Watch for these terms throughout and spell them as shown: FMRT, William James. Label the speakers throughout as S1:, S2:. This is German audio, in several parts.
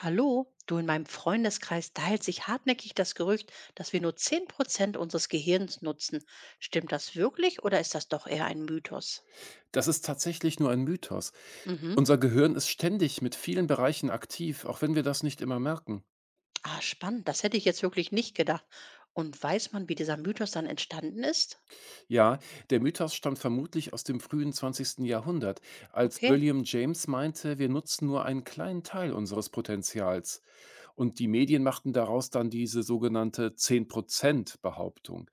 S1: Hallo, du, in meinem Freundeskreis teilt sich hartnäckig das Gerücht, dass wir nur 10% unseres Gehirns nutzen. Stimmt das wirklich oder ist das doch eher ein Mythos?
S2: Das ist tatsächlich nur ein Mythos.
S1: Mhm.
S2: Unser Gehirn ist ständig mit vielen Bereichen aktiv, auch wenn wir das nicht immer merken.
S1: Ah, spannend. Das hätte ich jetzt wirklich nicht gedacht. Und weiß man, wie dieser Mythos dann entstanden ist?
S2: Ja, der Mythos stammt vermutlich aus dem frühen zwanzigsten Jahrhundert, als
S1: Okay.
S2: William James meinte, wir nutzen nur einen kleinen Teil unseres Potenzials. Und die Medien machten daraus dann diese sogenannte 10% Behauptung.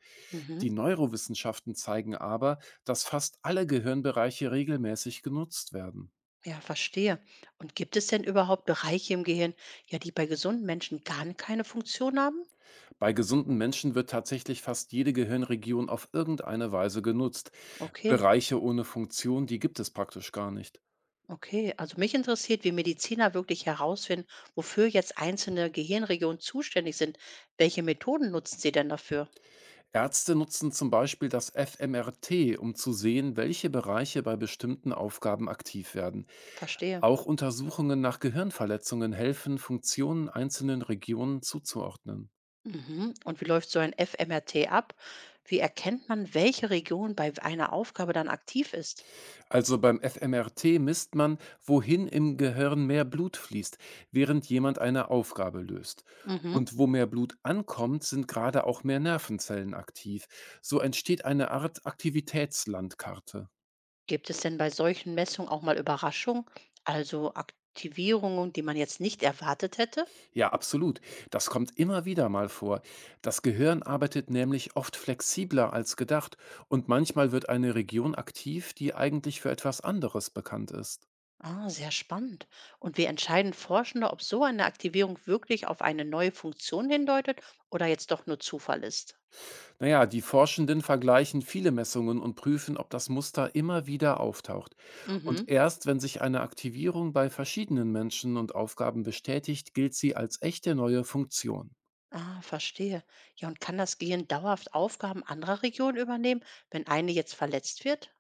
S2: Die
S1: Mhm.
S2: Neurowissenschaften zeigen aber, dass fast alle Gehirnbereiche regelmäßig genutzt werden.
S1: Ja, verstehe. Und gibt es denn überhaupt Bereiche im Gehirn, ja, die bei gesunden Menschen gar keine Funktion haben?
S2: Bei gesunden Menschen wird tatsächlich fast jede Gehirnregion auf irgendeine Weise genutzt.
S1: Okay.
S2: Bereiche ohne Funktion, die gibt es praktisch gar nicht.
S1: Okay, also mich interessiert, wie Mediziner wirklich herausfinden, wofür jetzt einzelne Gehirnregionen zuständig sind. Welche Methoden nutzen sie denn dafür?
S2: Ärzte nutzen zum Beispiel das FMRT, um zu sehen, welche Bereiche bei bestimmten Aufgaben aktiv werden.
S1: Verstehe.
S2: Auch Untersuchungen nach Gehirnverletzungen helfen, Funktionen einzelnen Regionen zuzuordnen.
S1: Mhm. Und wie läuft so ein fMRT ab? Wie erkennt man, welche Region bei einer Aufgabe dann aktiv ist?
S2: Also beim FMRT misst man, wohin im Gehirn mehr Blut fließt, während jemand eine Aufgabe löst.
S1: Mhm.
S2: Und wo mehr Blut ankommt, sind gerade auch mehr Nervenzellen aktiv. So entsteht eine Art Aktivitätslandkarte.
S1: Gibt es denn bei solchen Messungen auch mal Überraschungen, also Aktivierungen, die man jetzt nicht erwartet hätte?
S2: Ja, absolut. Das kommt immer wieder mal vor. Das Gehirn arbeitet nämlich oft flexibler als gedacht und manchmal wird eine Region aktiv, die eigentlich für etwas anderes bekannt ist.
S1: Ah, sehr spannend. Und wie entscheiden Forschende, ob so eine Aktivierung wirklich auf eine neue Funktion hindeutet oder jetzt doch nur Zufall ist?
S2: Naja, die Forschenden vergleichen viele Messungen und prüfen, ob das Muster immer wieder auftaucht. Und
S1: Mhm.
S2: erst wenn sich eine Aktivierung bei verschiedenen Menschen und Aufgaben bestätigt, gilt sie als echte neue Funktion.
S1: Ah, verstehe. Ja, und kann das Gehirn dauerhaft Aufgaben anderer Regionen übernehmen, wenn eine jetzt verletzt wird?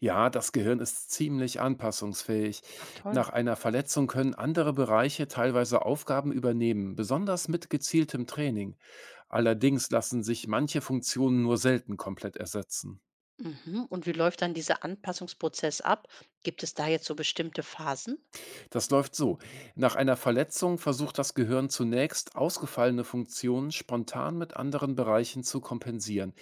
S2: Ja, das Gehirn ist ziemlich anpassungsfähig.
S1: Ach toll.
S2: Nach einer Verletzung können andere Bereiche teilweise Aufgaben übernehmen, besonders mit gezieltem Training. Allerdings lassen sich manche Funktionen nur selten komplett ersetzen.
S1: Mhm. Und wie läuft dann dieser Anpassungsprozess ab? Gibt es da jetzt so bestimmte Phasen?
S2: Das läuft so. Nach einer Verletzung versucht das Gehirn zunächst, ausgefallene Funktionen spontan mit anderen Bereichen zu kompensieren.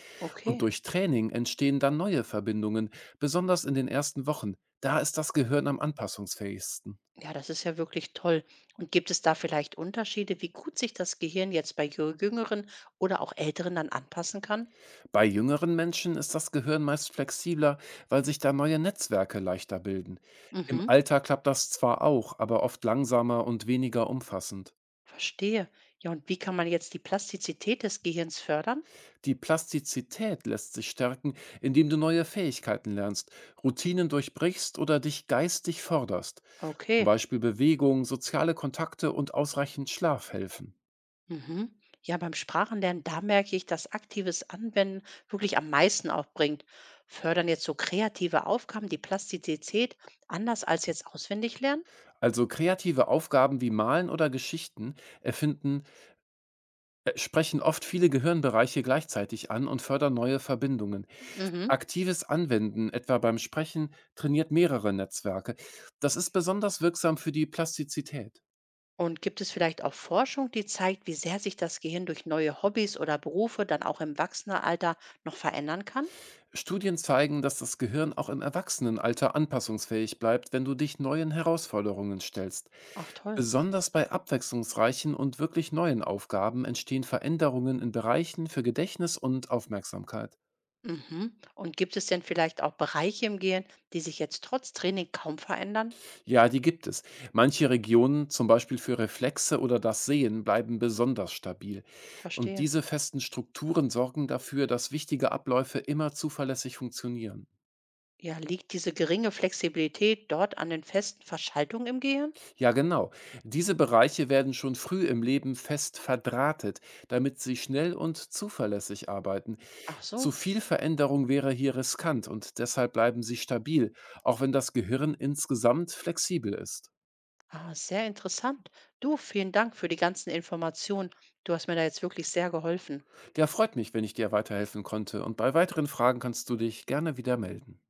S2: Und
S1: Okay.
S2: durch Training entstehen dann neue Verbindungen, besonders in den ersten Wochen. Da ist das Gehirn am anpassungsfähigsten.
S1: Ja, das ist ja wirklich toll. Und gibt es da vielleicht Unterschiede, wie gut sich das Gehirn jetzt bei jüngeren oder auch älteren dann anpassen kann?
S2: Bei jüngeren Menschen ist das Gehirn meist flexibler, weil sich da neue Netzwerke leichter bilden. Im
S1: Mhm.
S2: Alter klappt das zwar auch, aber oft langsamer und weniger umfassend.
S1: Verstehe. Ja, und wie kann man jetzt die Plastizität des Gehirns fördern?
S2: Die Plastizität lässt sich stärken, indem du neue Fähigkeiten lernst, Routinen durchbrichst oder dich geistig förderst. Zum
S1: Okay.
S2: Beispiel Bewegung, soziale Kontakte und ausreichend Schlaf helfen.
S1: Mhm. Ja, beim Sprachenlernen, da merke ich, dass aktives Anwenden wirklich am meisten auch bringt. Fördern jetzt so kreative Aufgaben die Plastizität anders als jetzt auswendig lernen?
S2: Also kreative Aufgaben wie Malen oder Geschichten erfinden, sprechen oft viele Gehirnbereiche gleichzeitig an und fördern neue Verbindungen.
S1: Mhm.
S2: Aktives Anwenden, etwa beim Sprechen, trainiert mehrere Netzwerke. Das ist besonders wirksam für die Plastizität.
S1: Und gibt es vielleicht auch Forschung, die zeigt, wie sehr sich das Gehirn durch neue Hobbys oder Berufe dann auch im Erwachsenenalter noch verändern kann?
S2: Studien zeigen, dass das Gehirn auch im Erwachsenenalter anpassungsfähig bleibt, wenn du dich neuen Herausforderungen stellst.
S1: Ach toll.
S2: Besonders bei abwechslungsreichen und wirklich neuen Aufgaben entstehen Veränderungen in Bereichen für Gedächtnis und Aufmerksamkeit.
S1: Mhm. Und gibt es denn vielleicht auch Bereiche im Gehirn, die sich jetzt trotz Training kaum verändern?
S2: Ja, die gibt es. Manche Regionen, zum Beispiel für Reflexe oder das Sehen, bleiben besonders stabil. Und
S1: Verstehe.
S2: diese festen Strukturen sorgen dafür, dass wichtige Abläufe immer zuverlässig funktionieren.
S1: Ja, liegt diese geringe Flexibilität dort an den festen Verschaltungen im Gehirn?
S2: Ja, genau. Diese Bereiche werden schon früh im Leben fest verdrahtet, damit sie schnell und zuverlässig arbeiten.
S1: Ach
S2: Zu
S1: so.
S2: viel Veränderung wäre hier riskant und deshalb bleiben sie stabil, auch wenn das Gehirn insgesamt flexibel ist.
S1: Ah, sehr interessant. Du, vielen Dank für die ganzen Informationen. Du hast mir da jetzt wirklich sehr geholfen.
S2: Ja, freut mich, wenn ich dir weiterhelfen konnte und bei weiteren Fragen kannst du dich gerne wieder melden.